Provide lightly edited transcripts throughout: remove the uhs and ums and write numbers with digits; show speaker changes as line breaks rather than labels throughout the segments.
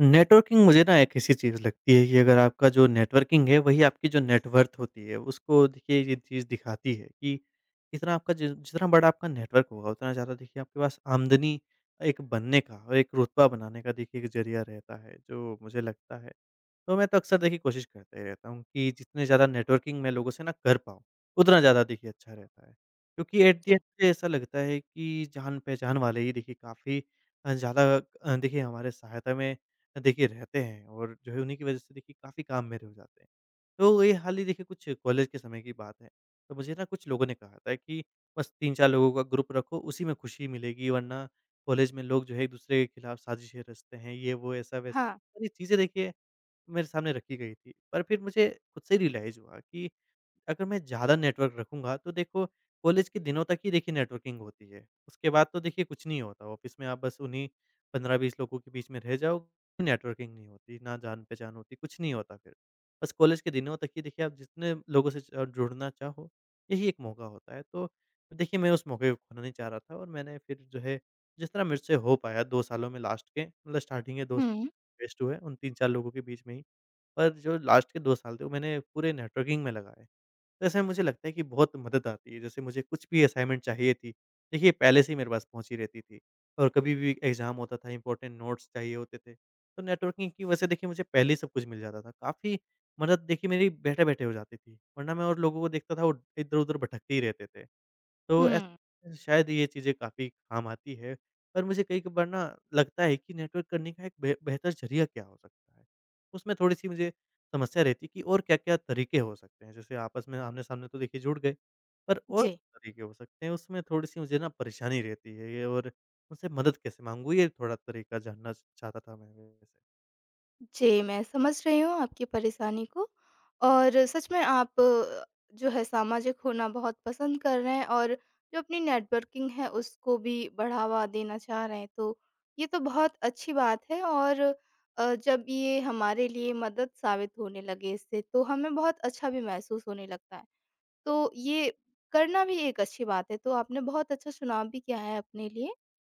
Networking मुझे ना एक ऐसी चीज़ लगती है कि अगर आपका जो नेटवर्किंग है वही आपकी जो नेटवर्थ होती है, उसको देखिए ये चीज़ दिखाती है कि इतना आपका जि जितना बड़ा आपका नेटवर्क होगा, उतना ज़्यादा देखिए आपके पास आमदनी एक बनने का और एक रुतबा बनाने का देखिए एक ज़रिया रहता है, जो मुझे लगता है। तो मैं तो अक्सर देखिए कोशिश करता ही रहता हूँ कि जितने ज़्यादा नेटवर्किंग मैं लोगों से ना कर पाऊँ, उतना ज़्यादा देखिए अच्छा रहता है। क्योंकि एट द एंड
जी,
मुझे ऐसा लगता है कि जान-पहचान वाले ही देखिए काफ़ी ज़्यादा देखिए हमारे सहायता में देखिए रहते हैं, और जो है उन्हीं की वज़ह से देखिए काफ़ी काम मेरे हो जाते हैं। तो ये हाल ही देखिए कुछ कॉलेज के समय की बात है। तो मुझे ना कुछ लोगों ने कहा था कि बस 3-4 लोगों का ग्रुप रखो, उसी में खुशी मिलेगी, वरना कॉलेज में लोग जो है एक-दूसरे के खिलाफ साजिशें रचते हैं, ये वो ऐसा-वैसा।
हाँ।
और ये चीज़ें देखिए मेरे सामने रखी गई थी। पर फिर मुझे खुद से रियलाइज़ हुआ कि अगर मैं ज़्यादा नेटवर्क रखूँगा तो देखो, कॉलेज के दिनों तक ही देखिए नेटवर्किंग होती है। उसके बाद तो देखिए कुछ नहीं होता, ऑफ़िस में आप बस उन्हीं 15-20 लोगों के बीच में रह जाओ, नेटवर्किंग नहीं होती, ना जान-पहचान होती, कुछ नहीं होता फिर। बस कॉलेज के दिनों तक ही देखिए आप जितने लोगों से ज जुड़ना चाहो, यही एक मौका होता है। तो देखिए मैं उस मौके को खोना नहीं चाह रहा था, और मैंने फिर जो है जिस तरह मुझसे हो पाया, 2 सालों में लास्ट के मतलब स्टार्टिंग के 2
हुँ,
साल वेस्ट हुए उन 3-4 लोगों के बीच में ही। पर जो लास्ट के 2 साल थे, वो मैंने पूरे नेटवर्किंग में लगाए। तो ऐसे में मुझे लगता है कि बहुत मदद आती है, जैसे मुझे कुछ भी असाइनमेंट चाहिए थी, देखिए पहले से ही मेरे पास पहुँची रहती थी। और कभी भी एग्ज़ाम होता था, इम्पोर्टेंट नोट्स चाहिए होते थे, तो नेटवर्किंग की वजह से देखिए मुझे पहले ही सब कुछ मिल जाता था। काफ़ी मदद देखिए मेरी बैठे-बैठे हो जाती थी, वरना मैं और लोगों को देखता था, वो इधर-उधर भटकते ही रहते थे। तो
हुँ।
ऐसे शायद ये चीज़ें काफ़ी काम आती है, पर मुझे कई-कभार ना लगता है कि नेटवर्क करने का एक बेहतर ज़रिया क्या हो सकता है? उसमें थोड़ी-सी मुझे समस्या रहती है कि और क्या-क्या तरीके हो सकते हैं? जैसे आपस में आमने-सामने तो देखिए जुड़ गए, पर और
जी,
क्या तरीके हो सकते हैं? उसमें थोड़ी-सी मुझे ना परेशानी रहती है, ये और उनसे मदद कैसे माँगूँ? ये थोड़ा तरीका जानना च चाहता था मैं वैसे।
जी, मैं समझ रही हूँ आपकी परेशानी को और सच में आप जो है सामाजिक होना बहुत पसंद कर रहे हैं और जो अपनी नेटवर्किंग है उसको भी बढ़ावा देना चाह रहे हैं, तो ये तो बहुत अच्छी बात है और जब ये हमारे लिए मदद साबित होने लगे इससे, तो हमें बहुत अच्छा भी महसूस होने लगता है। तो ये करना भी एक अच्छी बात है, तो आपने बहुत अच्छा चुनाव भी किया है अपने लिए।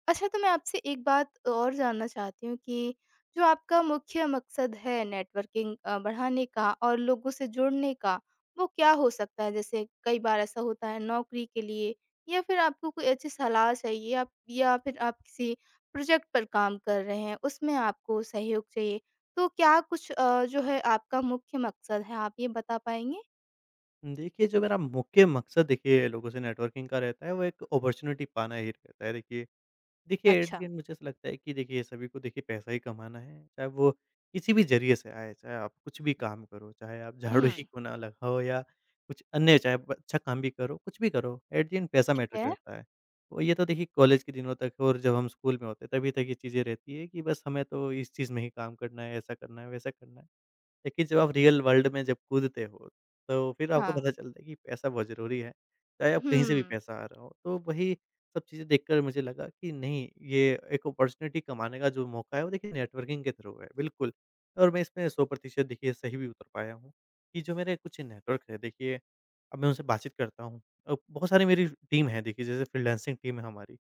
अच्छा तो मैं आपसे एक बात और जानना चाहती हूँ कि जो आपका मुख्य मकसद है नेटवर्किंग बढ़ाने का और लोगों से जुड़ने का, वो क्या हो सकता है? जैसे कई बार ऐसा होता है नौकरी के लिए या फिर आपको कोई अच्छी सलाह चाहिए आप या फिर आप किसी प्रोजेक्ट पर काम कर रहे हैं, उसमें आपको सहयोग चाहिए। तो क्या कुछ जो है आपका मुख्य मकसद है, आप ये बता पाएँगे?
देखिए, जो मेरा मुख्य मकसद देखिए लोगों से नेटवर्किंग का रहता है, वो एक अपॉर्च्युनिटी पाना ही रहता है। देखिए देखिए एट
अच्छा।
द एंड मुझे ऐसा लगता है कि देखिए सभी को देखिए पैसा ही कमाना है, चाहे वो किसी भी ज़रिए से आए, चाहे आप कुछ भी काम करो, चाहे आप झाड़ू
हुँ।
ही क्यों ना लगाओ, या कुछ अन्य चाहे ब अच्छा काम भी करो, कुछ भी करो, एट द एंड पैसा
ठीक
मैटर
है,
करता है। और ये तो देखिए कॉलेज के दिनों तक और जब हम स्कूल में होते हैं, तभी तक ये चीज़ें रहती है कि बस हमें तो इस चीज़ में ही काम करना है, ऐसा करना है, वैसा करना है। देखिए, जब आप रियल वर्ल्ड में जब कूदते हो, तो फिर आपको
हाँ।
पता चलता है कि पैसा बहुत ज़रूरी है, चाहे आप कहीं से भी
हुँ,
पैसा आ रहा हो। तो वही सब चीज़ें देखकर मुझे लगा कि नहीं, ये एक अपॉर्चुनिटी कमाने का जो मौका है, वो देखिए नेटवर्किंग के थ्रू है, बिल्कुल। और मैं इसमें 100% देखिए सही भी उतर पाया हूँ, कि जो मेरे कुछ नेटवर्क है देखिए, अब मैं उनसे बातचीत करता हूँ। बहुत सारी मेरी टीम है देखिए, जैसे फ्रीलांसिंग टीम है हमारी।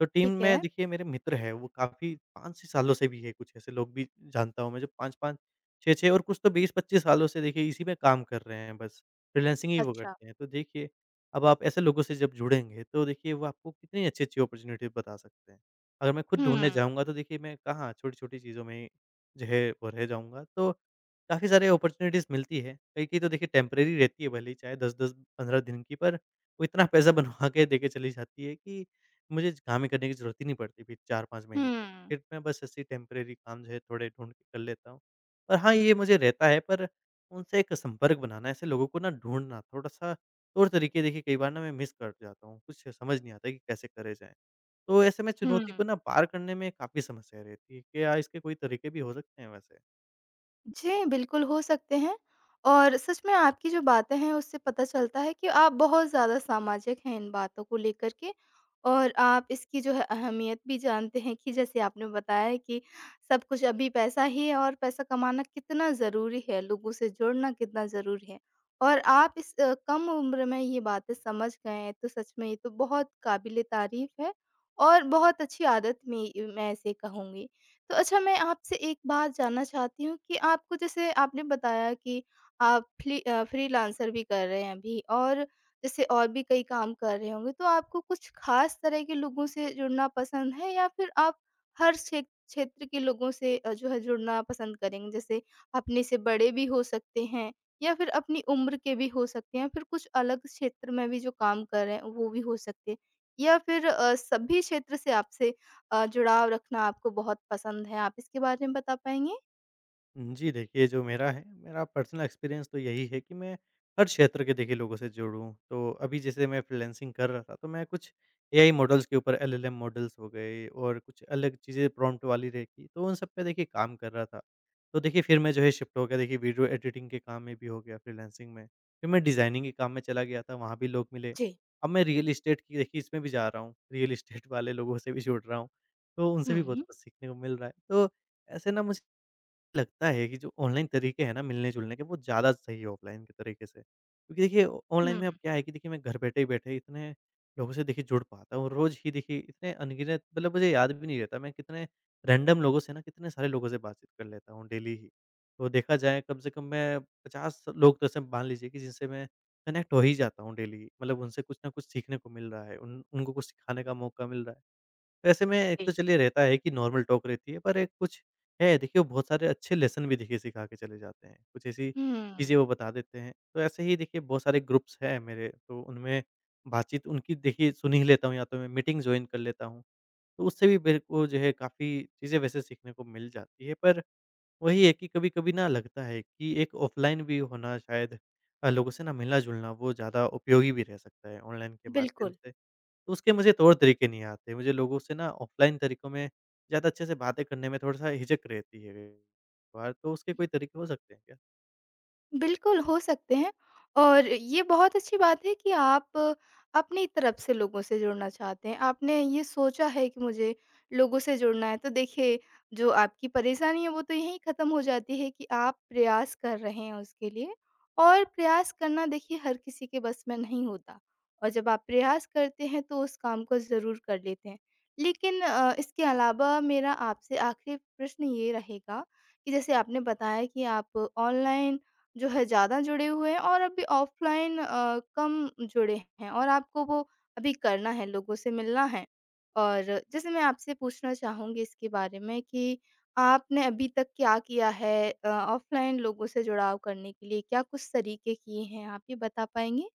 तो टीम
ठीक
में
है।
देखिए मेरे मित्र हैं, वो काफ़ी 5 से सालों से भी है, कुछ ऐसे लोग भी जानता हूँ मैं, जो 5-5 6-6 और कुछ तो 20-25 सालों से देखिए इसी में काम कर रहे हैं बस, फ्रीलांसिंग ही वो
अच्छा।
करते हैं। तो देखिए, अब आप ऐसे लोगों से जब जुड़ेंगे, तो देखिए वो आपको कितनी अच्छी-अच्छी अपॉर्च्युनिटी बता सकते हैं। अगर मैं खुद ढूँढने
हुँ,
जाऊँगा, तो देखिए मैं कहाँ छोटी-छोटी चीज़ों में ही जो है वो रह जाऊँगा। तो काफ़ी सारी अपॉर्च्युनिटीज़ मिलती है, कई की तो देखिए टेम्परेरी रहती है, भले ही चाहे 10-10, 15 दिन की, पर वो इतना पैसा बनवा के देके चली जाती है कि मुझे काम ही करने की ज़रूरत ही नहीं पड़ती फिर 4-5
हुँ,
महीने तक। फिर मैं बस ऐसे ही टेम्परेरी काम जो है थोड़े ढूँढ के कर लेता हूँ। पर हाँ, ये मुझे रहता है, पर उनसे एक संपर्क बनाना, ऐसे लोगों को ना ढूँढना, थोड़ा-सा तौर-तरीके देखिए कई बार ना मैं मिस कर जाता हूँ, कुछ समझ नहीं आता कि कैसे करे जाएँ। तो ऐसे में चुनौती को
हुँ।
ना पार करने में काफ़ी समस्या रहती है, क्या इसके कोई तरीके भी हो सकते हैं वैसे?
जी, बिल्कुल हो सकते हैं और सच में आपकी जो बातें हैं उससे पता चलता है कि आप बहुत ज़्यादा सामाजिक हैं इन बातों को लेकर के और आप इसकी जो है अहमियत भी जानते हैं कि जैसे आपने बताया है कि सब कुछ अभी पैसा ही है और पैसा कमाना कितना ज़रूरी है, लोगों से जुड़ना कितना ज़रूरी है। और आप इस कम उम्र में ये बातें समझ गए हैं तो सच में ये तो बहुत काबिल-ए-तारीफ़ है और बहुत अच्छी आदत में मैं इसे कहूँगी। तो अच्छा मैं आपसे एक बात जानना चाहती हूँ कि आपको जैसे आपने बताया कि आप फ्रीलांसर भी कर रहे हैं अभी और जैसे और भी कई काम कर रहे होंगे, तो आपको कुछ खास तरह के लोगों से जुड़ना पसंद है या फिर आप हर क्षे क्षेत्र के लोगों से जो है जुड़ना पसंद करेंगे? जैसे अपने से बड़े भी हो सकते हैं या फिर अपनी उम्र के भी हो सकते हैं, फिर कुछ अलग क्षेत्र में भी जो काम कर रहे हैं वो भी हो सकते हैं या फिर सभी क्षेत्र से आपसे जुड़ाव रखना आपको बहुत पसंद है। आप इसके बारे में बता पाएँगे?
जी देखिए, जो मेरा है, मेरा पर्सनल एक्सपीरियंस तो यही है कि मैं हर क्षेत्र के देखिए लोगों से जुड़ूँ। तो अभी जैसे मैं फ्रीलांसिंग कर रहा था, तो मैं कुछ एआई मॉडल्स के ऊपर एलएलएम मॉडल्स हो गए और कुछ अलग चीज़ें प्रॉम्प्ट वाली रहती हैं, तो उन सब पे देखिए काम कर रहा था। तो देखिए फिर मैं जो है शिफ्ट हो गया, देखिए वीडियो एडिटिंग के काम में भी हो गया फ्रीलांसिंग में। फिर मैं डिज़ाइनिंग के काम में चला गया था, वहाँ भी लोग मिले।
जी।
अब मैं रियल एस्टेट की देखिए इसमें भी जा रहा हूँ, रियल एस्टेट वाले लोगों से भी जुड़ रहा हूँ, तो उनसे
हुँ,
भी बहुत
हुँ।
कुछ सीखने को मिल रहा है। तो ऐसे ना मुझे लगता है कि जो ऑनलाइन तरीके हैं ना मिलने-जुलने के, वो ज़्यादा सही है ऑफ़लाइन के तरीके से। क्योंकि देखिए ऑ ऑनलाइन में अब
हुँ।
क्या है कि देखिए मैं घर बैठे ही बैठे इतने लोगों से देखिए जुड़ पाता हूँ। रोज़ ही देखिए इतने अनगिनत मतलब मुझे याद भी नहीं रहता, मैं कितने रैंडम लोगों से ना, कितने सारे लोगों से बातचीत कर लेता हूँ डेली ही। तो देखा जाए, कम से कम मैं 50 लोग तो ऐसे मान लीजिए कि जिनसे मैं कनेक्ट हो ही जाता हूँ डेली। मतलब उनसे कुछ ना कुछ सीखने को मिल रहा है, उन उनको कुछ सिखाने का मौका मिल रहा है। वैसे में एक
जी।
तो चलिए रहता है कि नॉर्मल टॉक रहती है, पर एक कुछ है देखिए, वो बहुत सारे अच्छे लेसन भी देखिए सिखा के चले जाते हैं। कुछ ऐसी
हुँ,
चीज़ें वो बता देते हैं। तो ऐसे ही देखिए बहुत सारे ग्रुप्स हैं मेरे, तो उनमें बातचीत उनकी देखिए सुन ही लेता हूँ, या तो मैं मीटिंग जॉइन कर लेता हूँ। तो उससे भी मेरे को जो है काफ़ी चीज़ें वैसे सीखने को मिल जाती है। पर वही है कि कभी-कभी ना लगता है कि एक ऑफ़लाइन भी होना शायद, लोगों से ना मिलना-जुलना, वो ज़्यादा उपयोगी भी रह सकता है ऑनलाइन के माध्यम
बिल्कुल।
से। तो उसके मुझे तौर तरीके नहीं आते। मुझे लोगों से ना ऑफ़लाइन तरीकों में ज़्यादा अच्छे से बातें करने में थोड़ा-सा हिचक रहती है। बार तो उसके कोई तरीके हो सकते हैं क्या?
बिल्कुल, हो सकते हैं और ये बहुत अच्छी बात है कि आप अपनी तरफ से लोगों से जुड़ना चाहते हैं। आपने ये सोचा है कि मुझे लोगों से जुड़ना है, तो देखिए जो आपकी परेशानी है वो तो यहीं ख़त्म हो जाती है कि आप प्रयास कर रहे हैं उसके लिए और प्रयास करना देखिए हर किसी के बस में नहीं होता और जब आप प्रयास करते हैं तो उस काम को ज़रूर कर लेते हैं। लेकिन इसके अलावा मेरा आपसे आख़िरी प्रश्न ये रहेगा कि जैसे आपने बताया कि आप ऑनलाइन जो है ज़्यादा जुड़े हुए हैं और अभी ऑफ़लाइन कम जुड़े हैं और आपको वो अभी करना है, लोगों से मिलना है। और जैसे मैं आपसे पूछना चाहूँगी इसके बारे में कि आपने अभी तक क्या किया है ऑफ़लाइन लोगों से जुड़ाव करने के लिए? क्या कुछ तरीके किए हैं आप, ये बता पाएँगी?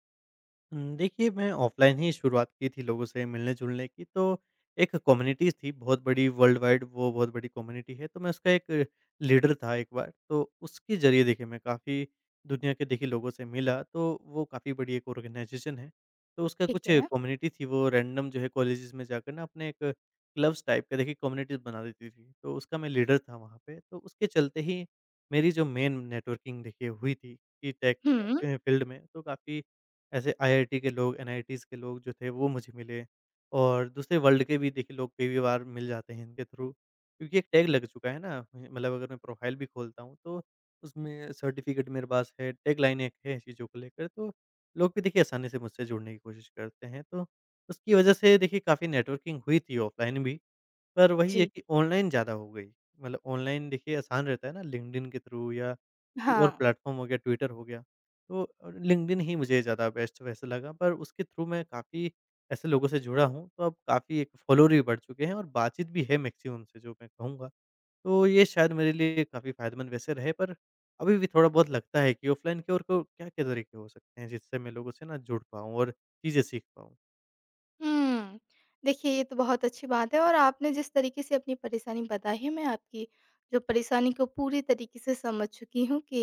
देखिए मैं ऑफ़लाइन ही शुरुआत की थी लोगों से मिलने-जुलने की, तो एक कम्युनिटीज़ थी बहुत बड़ी वर्ल्ड वाइड, वो बहुत बड़ी कम्युनिटी है, तो मैं उसका एक लीडर था एक बार, तो उसके ज़रिए देखिए मैं काफ़ी दुनिया के देखिए लोगों से मिला, तो वो काफ़ी बड़ी एक ऑर्गनाइज़ेशन है। तो उसका
ठीक
कुछ
है।
कम्युनिटी थी, वो रैंडम जो है कॉलेजेस में जाकर ना अपने एक क्लब्स टाइप के देखिए कम्युनिटीज़ बना देती थी, तो उसका मैं लीडर था वहाँ पे, तो उसके चलते ही मेरी जो मेन नेटवर्किंग देखिए हुई थी कि टेक
हुँ।
फील्ड में, तो काफ़ी ऐसे आईआईटी के लोग, एनआईटीज़ के लोग जो थे वो मुझे मिले, और दूसरे वर्ल्ड के भी देखिए लोग कई बार मिल जाते हैं इनके थ्रू। क्योंकि एक टैग लग चुका है ना, मतलब अगर मैं प्रोफ़ाइल भी खोलता हूँ तो उसमें सर्टिफ़िकेट मेरे पास है, टैगलाइन एक है चीज़ों को लेकर, तो लोग भी देखिए आसानी से मुझसे जुड़ने की कोशिश करते हैं। तो उसकी वजह से देखिए काफ़ी नेटवर्किंग हुई थी ऑफ़लाइन भी, पर वही है
जी।
कि ऑनलाइन ज़्यादा हो गई। मतलब ऑनलाइन देखिए आसान रहता है ना, लिंक्डइन के थ्रू या कोई और
हाँ।
प्लेटफ़ॉर्म हो गया, ट्विटर हो गया। तो लिंक्डइन ही मुझे ज़्यादा बेस्ट वैसे लगा, पर उसके थ्रू मैं काफ़ी ऐसे लोगों से जुड़ा हूँ, तो अब काफ़ी एक फॉलोवर भी बढ़ चुके हैं और बातचीत भी है मैक्सिमम से, जो मैं कहूँगा। तो ये शायद मेरे लिए काफ़ी फ़ायदेमंद वैसे रहे, पर अभी भी थोड़ा बहुत लगता है कि ऑफ़लाइन की ओर को क्या-क्या तरीके हो सकते हैं, जिससे मैं लोगों से ना जुड़ पाऊँ और चीज़ें सीख पाऊँ?
हुँ। देखिए, ये तो बहुत अच्छी बात है और आपने जिस तरीके से अपनी परेशानी बताई है, मैं आपकी जो परेशानी को पूरी तरीके से समझ चुकी हूँ कि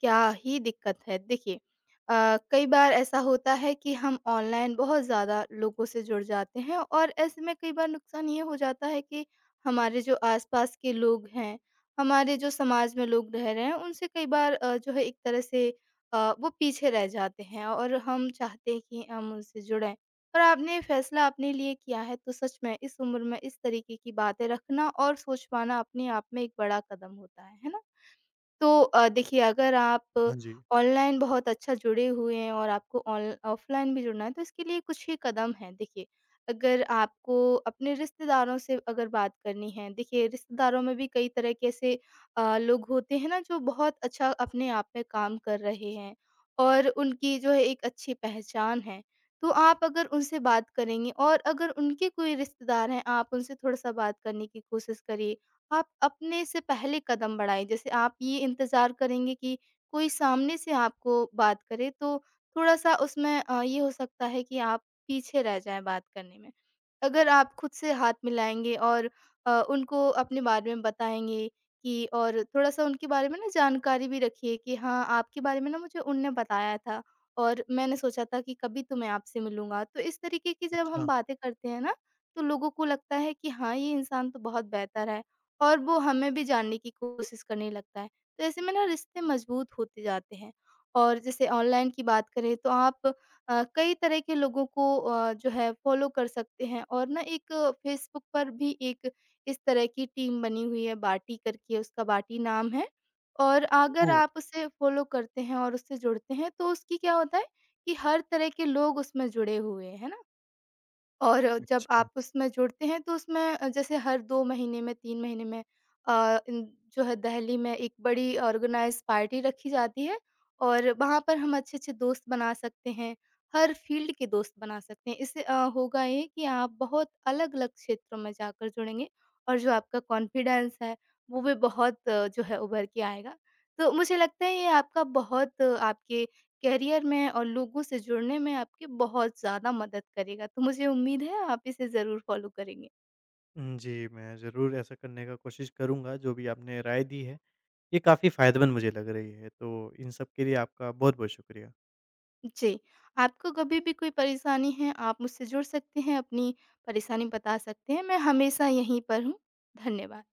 क्या ही दिक्कत है। देखिए कई बार ऐसा होता है कि हम ऑनलाइन बहुत ज़्यादा लोगों से जुड़ जाते हैं और ऐसे में कई बार नुकसान ये हो जाता है कि हमारे जो आस-पास के लोग हैं, हमारे जो समाज में लोग रह रहे हैं, उनसे कई बार जो है एक तरह से वो पीछे रह जाते हैं और हम चाहते हैं कि हम उनसे जुड़ें। और आपने फैसला अपने लिए किया है तो सच में इस उम्र में इस तरीके की बातें रखना और सोच पाना अपने आप में एक बड़ा कदम होता है ना? तो देखिए अगर आप
हाँ जी।
ऑनलाइन बहुत अच्छा जुड़े हुए हैं और आपको ऑन ऑफ़लाइन भी जुड़ना है तो इसके लिए कुछ ही कदम हैं। देखिए, अगर आपको अपने रिश्तेदारों से अगर बात करनी है, देखिए रिश्तेदारों में भी कई तरह के ऐसे लोग होते हैं ना जो बहुत अच्छा अपने आप में काम कर रहे हैं और उनकी जो है एक अच्छी पहचान है। तो आप अगर उनसे बात करेंगे और अगर उनके कोई रिश्तेदार हैं, आप उनसे थोड़ा-सा बात करने की कोशिश करिए। आप अपने से पहले कदम बढ़ाएँ। जैसे आप ये इंतज़ार करेंगे कि कोई सामने से आपको बात करे तो थोड़ा-सा उसमें ये हो सकता है कि आप पीछे रह जाएँ बात करने में। अगर आप खुद से हाथ मिलाएँगे और उनको अपने बारे में बताएँगे कि और थोड़ा-सा उनके बारे में ना जानकारी भी रखिए कि हाँ, आपके बारे में ना मुझे उनने बताया था और मैंने सोचा था कि कभी तो मैं आपसे मिलूँगा। तो इस तरीके की जब हम
अच्छा।
बातें करते हैं ना, तो लोगों को लगता है कि हाँ, ये इंसान तो बहुत बेहतर है। और वो हमें भी जानने की कोशिश करने लगता है। तो ऐसे में ना रिश्ते मज़बूत होते जाते हैं। और जैसे ऑनलाइन की बात करें तो आप कई तरह के लोगों को जो है फ़ॉलो कर सकते हैं और ना एक फ़ेसबुक पर भी एक इस तरह की टीम बनी हुई है बाटी करके उसका बाटी नाम है। और अगर
ओह!
आप उसे फ़ॉलो करते हैं और उससे जुड़ते हैं तो उसकी क्या होता है कि हर तरह के लोग उसमें जुड़े हुए हैं, है ना? और जब
अच्छा।
आप उसमें जुड़ते हैं तो उसमें जैसे हर 2 महीने में 3 महीने में अ, इन जो है दहली में एक बड़ी ऑर्गेनाइज़्ड पार्टी रखी जाती है और वहाँ पर हम अच्छे-अच्छे दोस्त बना सकते हैं, हर फ़ील्ड के दोस्त बना सकते हैं। इससे होगा ये कि आप बहुत अलग-अलग क्षेत्रों में जाकर जुड़ेंगे और जो आपका कॉन्फिडेंस है वो भी बहुत जो है उभर के आएगा। तो मुझे लगता है ये आपका आपके करियर में और लोगों से जुड़ने में आपकी बहुत ज़्यादा मदद करेगा, तो मुझे उम्मीद है आप इसे ज़रूर फ़ॉलो करेंगे।
जी, मैं ज़रूर ऐसा करने का कोशिश करूँगा, जो भी आपने राय दी है, ये काफ़ी फ़ायदेमंद मुझे लग रही है। तो इन सब के लिए आपका बहुत-बहुत शुक्रिया।
जी, आपको कभी भी कोई परेशानी है, आप मुझसे जुड़ सकते हैं, अपनी परेशानी बता सकते हैं, मैं हमेशा यहीं पर हूँ। धन्यवाद।